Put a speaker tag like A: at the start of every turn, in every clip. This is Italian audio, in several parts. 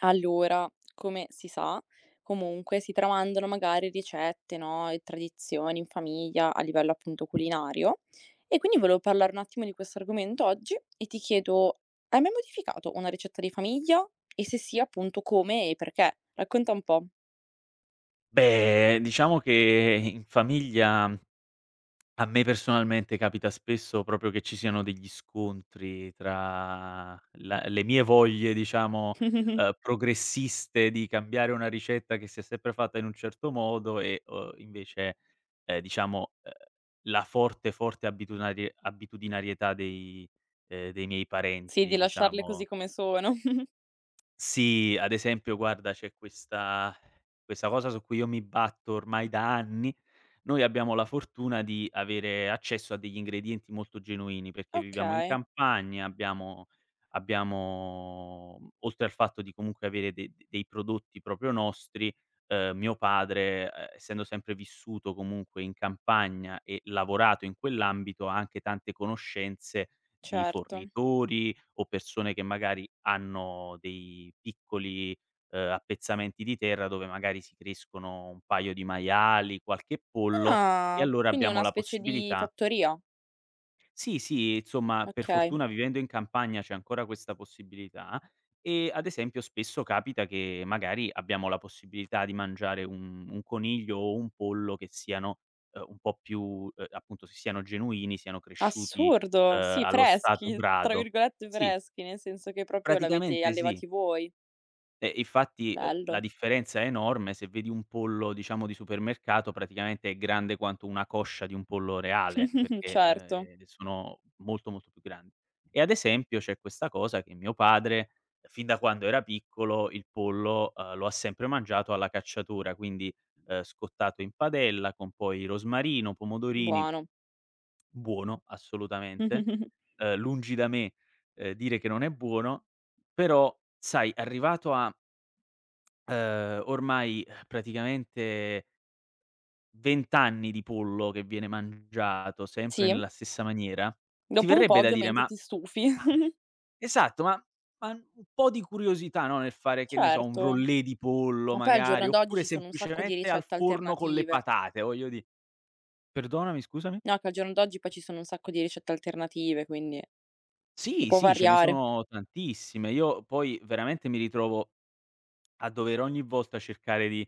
A: Allora, come si sa, comunque si tramandano magari ricette, no, e tradizioni in famiglia a livello appunto culinario. E quindi volevo parlare un attimo di questo argomento oggi e ti chiedo, hai mai modificato una ricetta di famiglia? E se sì, appunto come e perché? Racconta un po'.
B: Beh, diciamo che in famiglia a me personalmente capita spesso proprio che ci siano degli scontri tra la le mie voglie, diciamo, progressiste di cambiare una ricetta che si è sempre fatta in un certo modo e, invece, diciamo, la forte, forte abitudinarietà dei miei
A: Sì,
B: parenti,
A: di lasciarle così
B: diciamo.
A: come sono.
B: Sì, ad esempio guarda, c'è questa cosa su cui io mi batto ormai da anni. Noi abbiamo la fortuna di avere accesso a degli ingredienti molto genuini, perché viviamo in
A: Okay,
B: campagna, abbiamo, oltre al fatto di comunque avere de de dei prodotti proprio nostri. Mio padre, essendo sempre vissuto comunque in campagna e lavorato in quell'ambito, ha anche tante conoscenze di
A: certo.
B: fornitori o persone che magari hanno dei piccoli appezzamenti di terra dove magari si crescono un paio di maiali, qualche pollo, e
A: Ah,
B: allora
A: quindi è
B: abbiamo
A: una
B: la
A: specie di
B: possibilità.
A: fattoria.
B: Sì, sì, insomma, per
A: Okay.
B: fortuna vivendo in campagna c'è ancora questa possibilità. E ad esempio spesso capita che magari abbiamo la possibilità di mangiare un coniglio o un pollo che siano, un po' più, appunto, siano genuini, siano cresciuti,
A: Assurdo! Sì,
B: allo stato
A: "freschi", tra
B: brado.
A: virgolette
B: Sì,
A: freschi, nel senso che proprio l'avete
B: praticamente sì.
A: allevati voi.
B: Infatti, la
A: Bello.
B: differenza è enorme. Se vedi un pollo, diciamo, di supermercato, praticamente è grande quanto una coscia di un pollo reale, perché,
A: Certo,
B: sono molto, molto più grandi. E ad esempio c'è questa cosa che mio padre, fin da quando era piccolo, il pollo, lo ha sempre mangiato alla cacciatura, quindi, scottato in padella con poi rosmarino, pomodorini,
A: buono.
B: buono assolutamente. Lungi da me, dire che non è buono, però sai, arrivato a, ormai praticamente 20 anni di pollo che viene mangiato sempre
A: Sì,
B: nella stessa maniera, ti
A: dopo un po'
B: verrebbe da dire: "Ma
A: ovviamente ti stufi.
B: ma" esatto, ma un po' di curiosità, no, nel fare, che ne so, un
A: Certo.
B: rollé di pollo
A: Ma poi al
B: magari,
A: giorno d'oggi
B: oppure
A: ci sono un sacco di
B: semplicemente al
A: ricette
B: forno con le
A: alternative.
B: patate, voglio di perdonami, scusami?
A: No, che al giorno d'oggi poi ci sono un sacco di ricette alternative, quindi si
B: Sì,
A: può
B: sì, ce ne
A: variare.
B: sono tantissime. Io poi veramente mi ritrovo a dover ogni volta cercare di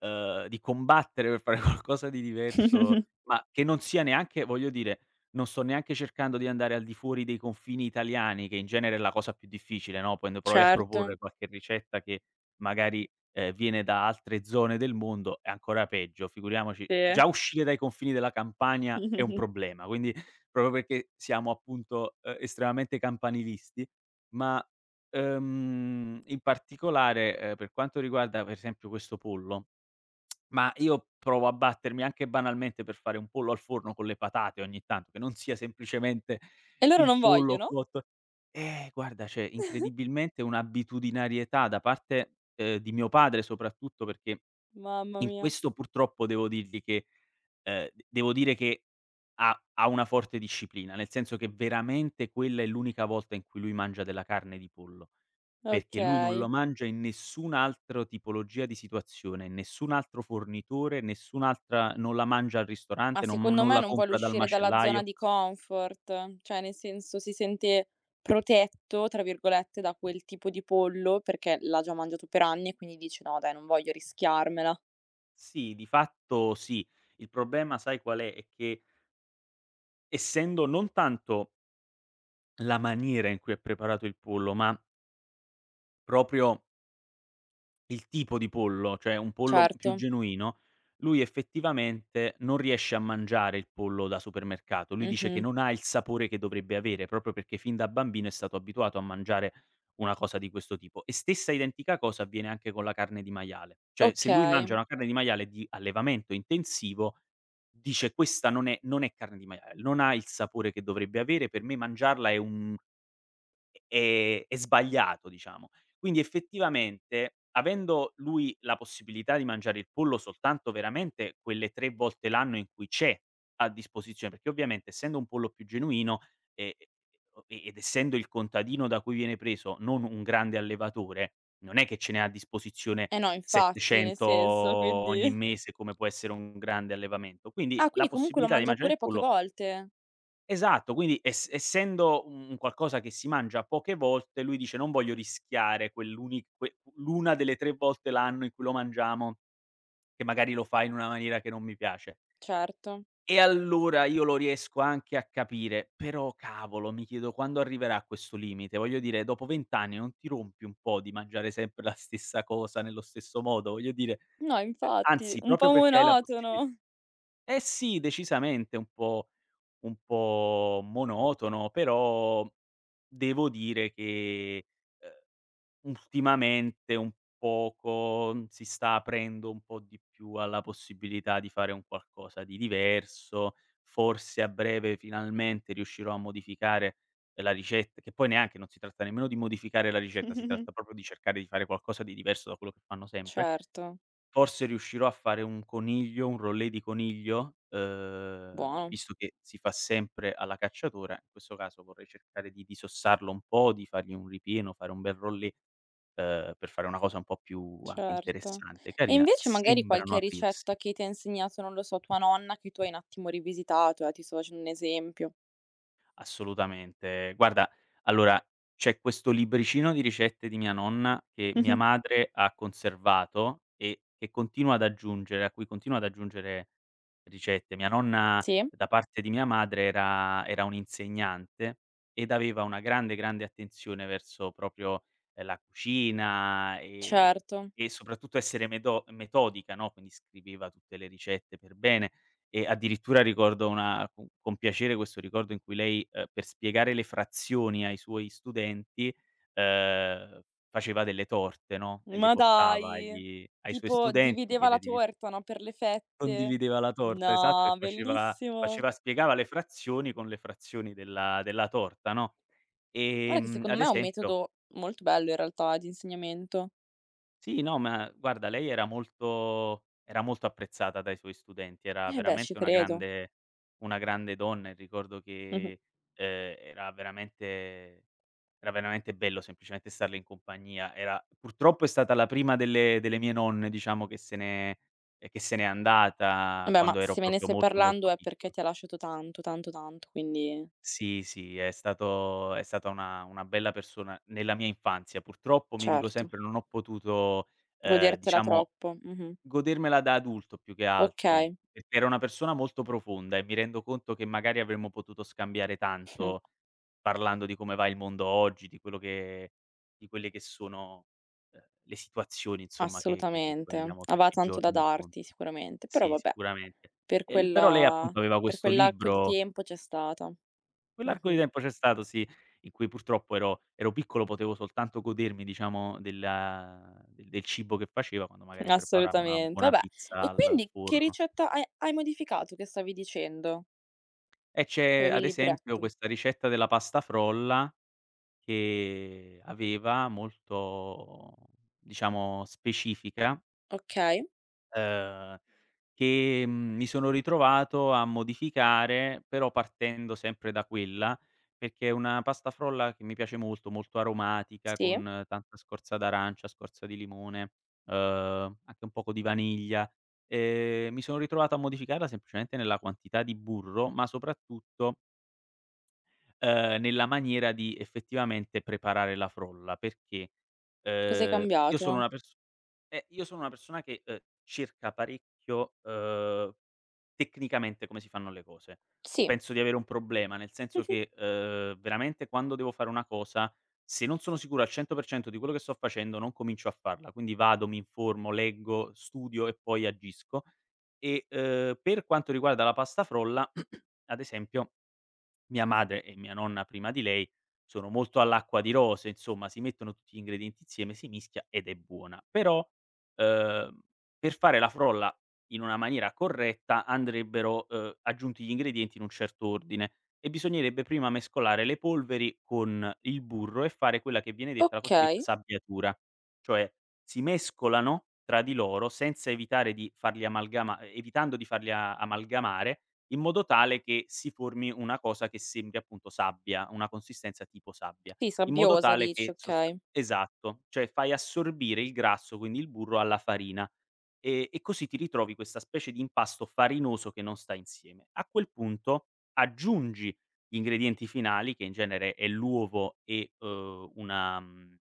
B: uhm, di combattere per fare qualcosa di diverso, ma che non sia neanche, voglio dire, non sto neanche cercando di andare al di fuori dei confini italiani, che in genere è la cosa più difficile, no, quando provi a
A: Certo,
B: proporre qualche ricetta che magari, viene da altre zone del mondo è ancora peggio, figuriamoci,
A: sì.
B: già uscire dai confini della Campania è un problema, quindi proprio perché siamo appunto, estremamente campanilisti, ma, in particolare, per quanto riguarda per esempio questo pollo, ma io provo a battermi anche banalmente per fare un pollo al forno con le patate ogni tanto, che non sia semplicemente
A: E loro
B: il
A: non
B: pollo
A: vogliono?
B: cotto. Eh, guarda, c'è incredibilmente un'abitudinarietà da parte, di mio padre soprattutto, perché
A: Mamma
B: in
A: mia.
B: questo purtroppo devo dire che ha una forte disciplina, nel senso che veramente quella è l'unica volta in cui lui mangia della carne di pollo. Perché lui non lo
A: Okay.
B: mangia in nessun altro tipologia di situazione, nessun altro fornitore, nessun'altra non la mangia al
A: Ma
B: ristorante, non
A: secondo
B: non
A: me
B: la
A: non vuole
B: compra dal
A: uscire dalla zona
B: macellaio.
A: di comfort, cioè nel senso si sente "protetto" tra virgolette da quel tipo di pollo, perché l'ha già mangiato per anni e quindi dice: "No dai, non voglio rischiarmela".
B: Sì, di fatto sì. Il problema, sai qual è? È che essendo non tanto la maniera in cui è preparato il pollo, ma proprio il tipo di pollo, cioè un pollo più
A: Certo.
B: genuino, lui effettivamente non riesce a mangiare il pollo da supermercato. Lui dice che
A: Mh-mh.
B: non ha il sapore che dovrebbe avere, proprio perché fin da bambino è stato abituato a mangiare una cosa di questo tipo. E stessa identica cosa avviene anche con la carne di maiale. Cioè se lui
A: Okay.
B: mangia una carne di maiale di allevamento intensivo, dice: "Questa non è carne di maiale, non ha il sapore che dovrebbe avere, per me mangiarla è un". È sbagliato, diciamo. Quindi effettivamente, avendo lui la possibilità di mangiare il pollo soltanto veramente quelle 3 volte l'anno in cui c'è a disposizione, perché ovviamente essendo un pollo più genuino, ehm, o ed essendo il contadino da cui viene preso non un grande allevatore, non è che ce n'è a disposizione
A: Eh no, infatti, nel
B: 700
A: senso,
B: ogni
A: quindi
B: mese come può essere un grande allevamento. Quindi
A: ah,
B: la
A: quindi comunque lo
B: possibilità di
A: mangia
B: mangiare il
A: pure poche
B: pollo.
A: volte.
B: Esatto, quindi essendo un qualcosa che si mangia poche volte, lui dice: "Non voglio rischiare quell'uni que l'una delle 3 volte l'anno in cui lo mangiamo, che magari lo fa in una maniera che non mi piace".
A: Certo.
B: E allora io lo riesco anche a capire, però cavolo, mi chiedo quando arriverà questo limite. Voglio dire, dopo 20 anni non ti rompi un po' di mangiare sempre la stessa cosa nello stesso modo? Voglio dire,
A: No, infatti,
B: anzi
A: un
B: proprio
A: po'
B: perché hai la possibi
A: monotono.
B: eh sì, decisamente un po' monotono, però devo dire che, ultimamente un poco, si sta aprendo un po' di più alla possibilità di fare un qualcosa di diverso. Forse a breve finalmente riuscirò a modificare la ricetta, che poi neanche non si tratta nemmeno di modificare la ricetta, si tratta proprio di cercare di fare qualcosa di diverso da quello che fanno sempre.
A: Certo,
B: Forse riuscirò a fare un coniglio, un rollé di coniglio,
A: buono.
B: visto che si fa sempre alla cacciatora, in questo caso vorrei cercare di disossarlo un po', di fargli un ripieno, fare un bel rollé, per fare una cosa un po' più anche
A: Certo.
B: interessante,
A: E
B: carina.
A: invece magari
B: Sembrano
A: qualche
B: aprirsi.
A: ricetta che ti ha insegnato, non lo so, tua nonna che tu hai un attimo rivisitato, ti sto facendo un esempio.
B: Assolutamente. Guarda, allora c'è questo libricino di ricette di mia nonna che mia
A: Mh-mh.
B: madre ha conservato e che continua ad aggiungere a cui continua ad aggiungere ricette. Mia nonna
A: Sì?
B: da parte di mia madre era un'insegnante ed aveva una grande, grande attenzione verso proprio, la cucina e
A: Certo.
B: e soprattutto essere medo metodica, no, quindi scriveva tutte le ricette per bene e addirittura ricordo una con piacere questo ricordo in cui lei, per spiegare le frazioni ai suoi studenti, ehm, faceva delle torte, no, e le
A: Ma
B: portava
A: dai!
B: agli ai suoi
A: Tipo
B: studenti,
A: divideva
B: gliele
A: la
B: divi
A: torta, no, per le fette.
B: condivideva la torta, esatto, e
A: No,
B: faceva
A: bellissimo.
B: faceva spiegava le frazioni con le frazioni della torta, no.
A: Guarda che secondo
B: Ad
A: me è un
B: esempio
A: metodo molto bello in realtà di insegnamento.
B: Sì, no, ma guarda, lei era molto apprezzata dai suoi studenti, era
A: Eh beh, ci
B: veramente una
A: credo.
B: grande una grande donna e ricordo
A: Mh-mh.
B: che, ehm, era veramente era veramente bello semplicemente starle in compagnia. Era purtroppo è stata la prima delle mie nonne, diciamo, che se n'è
A: Eh
B: andata
A: beh, ma
B: quando ero
A: se me ne
B: proprio
A: stai
B: molto,
A: parlando
B: molto
A: è perché
B: piccolo.
A: ti ha lasciato tanto, tanto, tanto, quindi
B: Sì, sì, è stata una bella persona nella mia infanzia. Purtroppo mi dico
A: certo,
B: sempre non ho potuto,
A: godertela
B: diciamo,
A: troppo. Mh-mh.
B: godermela da adulto più che altro,
A: Okay,
B: perché era una persona molto profonda e mi rendo conto che magari avremmo potuto scambiare
A: mh,
B: tanto, parlando di come va il mondo oggi, di quello che di quelle che sono, le situazioni, insomma, che poi
A: assolutamente.
B: andiamo
A: Aveva
B: tutti i
A: tanto da
B: giorni incontro.
A: darti sicuramente, però
B: Sì,
A: vabbè,
B: sicuramente.
A: per
B: E l Però lei
A: quella
B: appunto aveva
A: per
B: questo
A: quell'arco di
B: libro.
A: tempo c'è stata.
B: Quell'arco di
A: Mh-mh.
B: tempo c'è stato, sì, in cui purtroppo ero piccolo, potevo soltanto godermi, diciamo, del cibo che faceva, quando magari preparava una
A: Assolutamente.
B: buona
A: Vabbè,
B: pizza
A: e
B: al
A: quindi che
B: forno.
A: ricetta hai modificato che stavi dicendo?
B: E c'è,
A: Avevi
B: ad
A: il
B: esempio,
A: libretto.
B: questa ricetta della pasta frolla che aveva molto, diciamo, specifica,
A: Okay,
B: ehm, che, mi sono ritrovato a modificare, però partendo sempre da quella, perché è una pasta frolla che mi piace molto, molto aromatica,
A: sì.
B: con tanta scorza d'arancia, scorza di limone, ehm, anche un poco di vaniglia. Mi sono ritrovato a modificarla semplicemente nella quantità di burro, ma soprattutto, nella maniera di effettivamente preparare la frolla, perché,
A: Cos'hai
B: ehm, io
A: cambiato?
B: sono una pers io sono una persona che, cerca parecchio, tecnicamente come si fanno le cose, o
A: Sì,
B: penso di avere un problema, nel senso che, veramente, quando devo fare una cosa, se non sono sicuro al 100% di quello che sto facendo, non comincio a farla. Quindi vado, mi informo, leggo, studio e poi agisco. E, per quanto riguarda la pasta frolla, ad esempio mia madre e mia nonna prima di lei sono molto all'acqua di rose, insomma si mettono tutti gli ingredienti insieme, si mischia ed è buona. Però, ehm, per fare la frolla in una maniera corretta andrebbero, aggiunti gli ingredienti in un certo ordine e bisognerebbe prima mescolare le polveri con il burro e fare quella che viene detta la cosiddetta
A: okay.
B: sabbiatura, cioè si mescolano tra di loro senza evitare di farli amalgama evitando di farli a amalgamare in modo tale che si formi una cosa che sembri appunto sabbia, una consistenza tipo sabbia.
A: Sì,
B: in modo
A: sabbiosa
B: tale
A: dici,
B: che sost
A: okay.
B: esatto, cioè fai assorbire il grasso, quindi il burro alla farina. E così ti ritrovi questa specie di impasto farinoso che non sta insieme. A quel punto aggiungi gli ingredienti finali, che in genere è l'uovo e, una mhmm,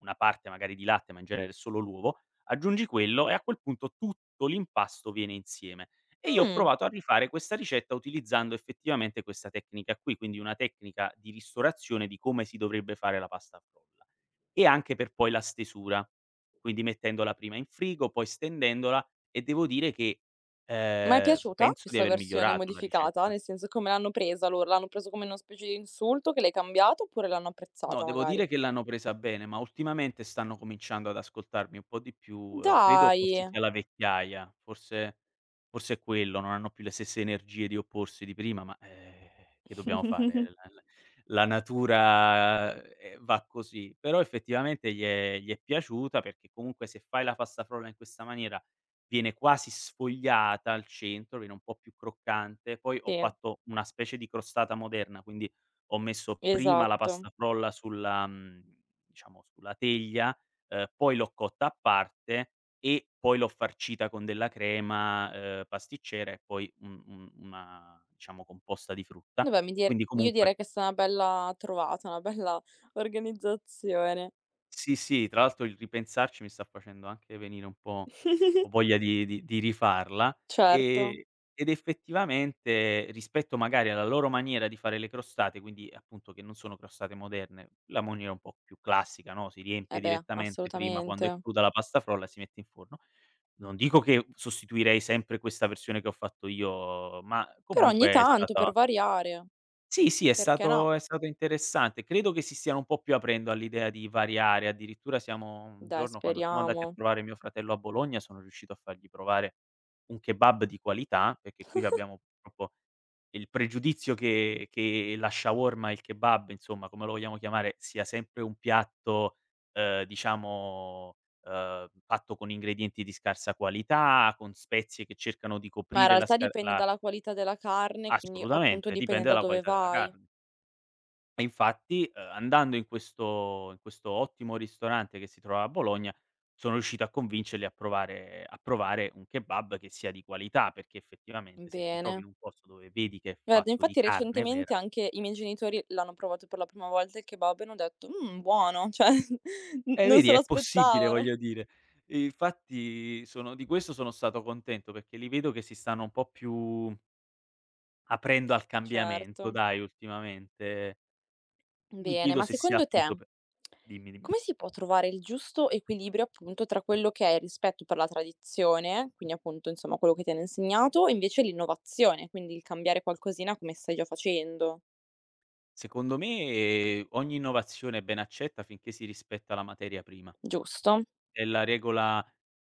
B: una parte magari di latte, ma in genere è solo l'uovo, aggiungi quello e a quel punto tutto l'impasto viene insieme. E io ho
A: Mh.
B: provato a rifare questa ricetta utilizzando effettivamente questa tecnica qui, quindi una tecnica di ristorazione di come si dovrebbe fare la pasta frolla e anche per poi la stesura. Quindi mettendola prima in frigo, poi stendendola e devo dire che,
A: Ma è piaciuta
B: penso di
A: questa
B: aver
A: versione
B: migliorato la
A: modificata?
B: ricetta.
A: Nel senso, come l'hanno presa loro? L'hanno preso come una specie di insulto che l'hai cambiato oppure l'hanno
B: No,
A: apprezzata
B: devo dire
A: magari?
B: che l'hanno presa bene, ma ultimamente stanno cominciando ad ascoltarmi un po' di più, credo forse
A: Dai!
B: sia la vecchiaia, forse è quello, non hanno più le stesse energie di opporsi di prima, ma, che dobbiamo fare? La natura, va così. Però effettivamente gli è piaciuta perché comunque se fai la pasta frolla in questa maniera viene quasi sfogliata al centro, viene un po' più croccante. Poi ho
A: Sì,
B: fatto una specie di crostata moderna, quindi ho messo prima la
A: esatto.
B: pasta frolla diciamo sulla teglia, poi l'ho cotta a parte e poi l'ho farcita con della crema, pasticcera e poi un una diciamo composta di frutta.
A: Vabbè, mi dir
B: Quindi
A: io
B: comunque
A: direi che è stata una bella trovata, una bella organizzazione.
B: Sì, sì, tra l'altro il ripensarci mi sta facendo anche venire un po' voglia di rifarla,
A: Certo.
B: ehm, ed effettivamente rispetto magari alla loro maniera di fare le crostate, quindi appunto che non sono crostate moderne, la maniera un po' più classica, no, si riempie
A: Eh beh,
B: direttamente prima quando
A: assolutamente.
B: è cruda la pasta frolla e si mette in forno. Non dico che sostituirei sempre questa versione che ho fatto io, ma
A: Però ogni
B: comunque è
A: tanto
B: stata
A: per variare,
B: sì, sì, è
A: perché no?
B: stato è stato interessante. Credo che si stiano un po' più aprendo all'idea di variare. Addirittura siamo un
A: Dai,
B: giorno quando siamo andati a
A: speriamo.
B: trovare mio fratello a Bologna, sono riuscito a fargli provare un kebab di qualità, perché qui abbiamo purtroppo il pregiudizio che la shawarma, il kebab, insomma, come lo vogliamo chiamare, sia sempre un piatto, diciamo, fatto con ingredienti di scarsa qualità, con spezie che cercano di
A: Ma in
B: coprire la
A: realtà
B: scar
A: dipende
B: la
A: dalla qualità della carne, quindi appunto
B: assolutamente,
A: dipende
B: dipende
A: da
B: dalla
A: dove
B: qualità della
A: vai.
B: carne. E infatti, andando in questo ottimo ristorante che si trova a Bologna, sono riuscito a convincerli a provare un kebab che sia di qualità, perché effettivamente se ti trovi
A: Bene.
B: in un posto dove vedi che è
A: Guarda,
B: fatto di
A: infatti
B: carne
A: recentemente
B: vera
A: anche i miei genitori l'hanno provato per la prima volta il kebab e hanno detto: buono", cioè n non
B: vedi
A: se
B: è possibile
A: l'aspettavano.
B: voglio dire. E infatti sono di questo sono stato contento, perché li vedo che si stanno un po' più aprendo al cambiamento
A: Certo.
B: dai ultimamente. Mi
A: Bene,
B: chiedo
A: ma
B: se sia
A: secondo te
B: appunto pe dimmi, dimmi.
A: come si può trovare il giusto equilibrio, appunto, tra quello che è il rispetto per la tradizione, quindi appunto, insomma, quello che ti hanno insegnato, e invece l'innovazione, quindi il cambiare qualcosina come stai già facendo,
B: Secondo me, ogni innovazione è ben accetta finché si rispetta la materia prima.
A: giusto?
B: È la regola,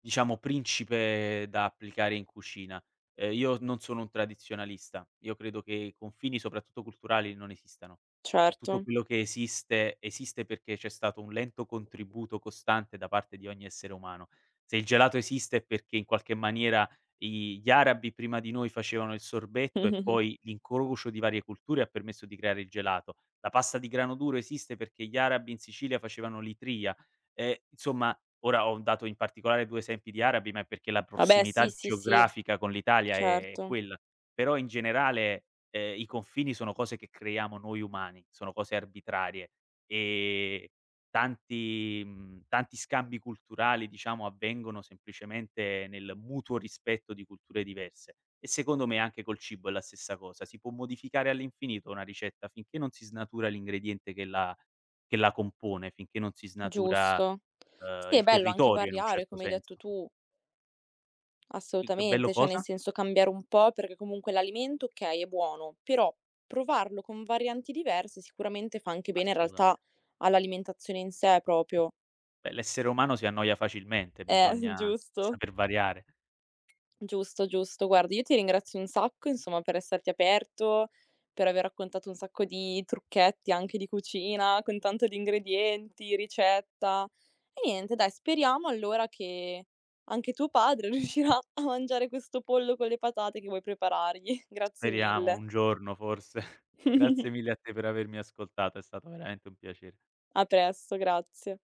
B: diciamo, principe da applicare in cucina. Io non sono un tradizionalista, io credo che i confini, soprattutto culturali, non esistano. Tutto
A: Certo.
B: quello che esiste, esiste perché c'è stato un lento contributo costante da parte di ogni essere umano. Se il gelato esiste è perché in qualche maniera i gli arabi prima di noi facevano il sorbetto e poi l'incrocio di varie culture ha permesso di creare il gelato. La pasta di grano duro esiste perché gli arabi in Sicilia facevano l'itria. Ehm, insomma Ora ho dato in particolare 2 esempi di arabi, ma è perché la
A: Vabbè,
B: prossimità
A: sì, sì, sì,
B: geografica con l'Italia è
A: certo.
B: quella. Però in generale, i confini sono cose che creiamo noi umani, sono cose arbitrarie e tanti scambi culturali, diciamo, avvengono semplicemente nel mutuo rispetto di culture diverse. E secondo me anche col cibo è la stessa cosa. Si può modificare all'infinito una ricetta finché non si snatura l'ingrediente che la compone, finché non si snatura
A: Giusto. Sì, è
B: il
A: bello anche
B: territorio in un
A: variare,
B: certo
A: come hai detto
B: senso.
A: tu,
B: Il che bello
A: assolutamente, cioè nel
B: cosa?
A: senso cambiare un po', perché comunque l'alimento, okay, è buono, però provarlo con varianti diverse sicuramente fa anche bene in
B: Assolutamen
A: realtà all'alimentazione in sé proprio.
B: Beh, l'essere umano si annoia facilmente, bisogna
A: Giusto.
B: saper variare.
A: Giusto, giusto. Guarda, io ti ringrazio un sacco, insomma, per esserti aperto, per aver raccontato un sacco di trucchetti anche di cucina, con tanto di ingredienti, ricetta. E niente, dai, speriamo allora che anche tuo padre riuscirà a mangiare questo pollo con le patate che vuoi preparargli. Grazie
B: Speriamo
A: mille.
B: un giorno forse. Grazie mille a te per avermi ascoltato, è stato veramente un piacere.
A: A presto, grazie.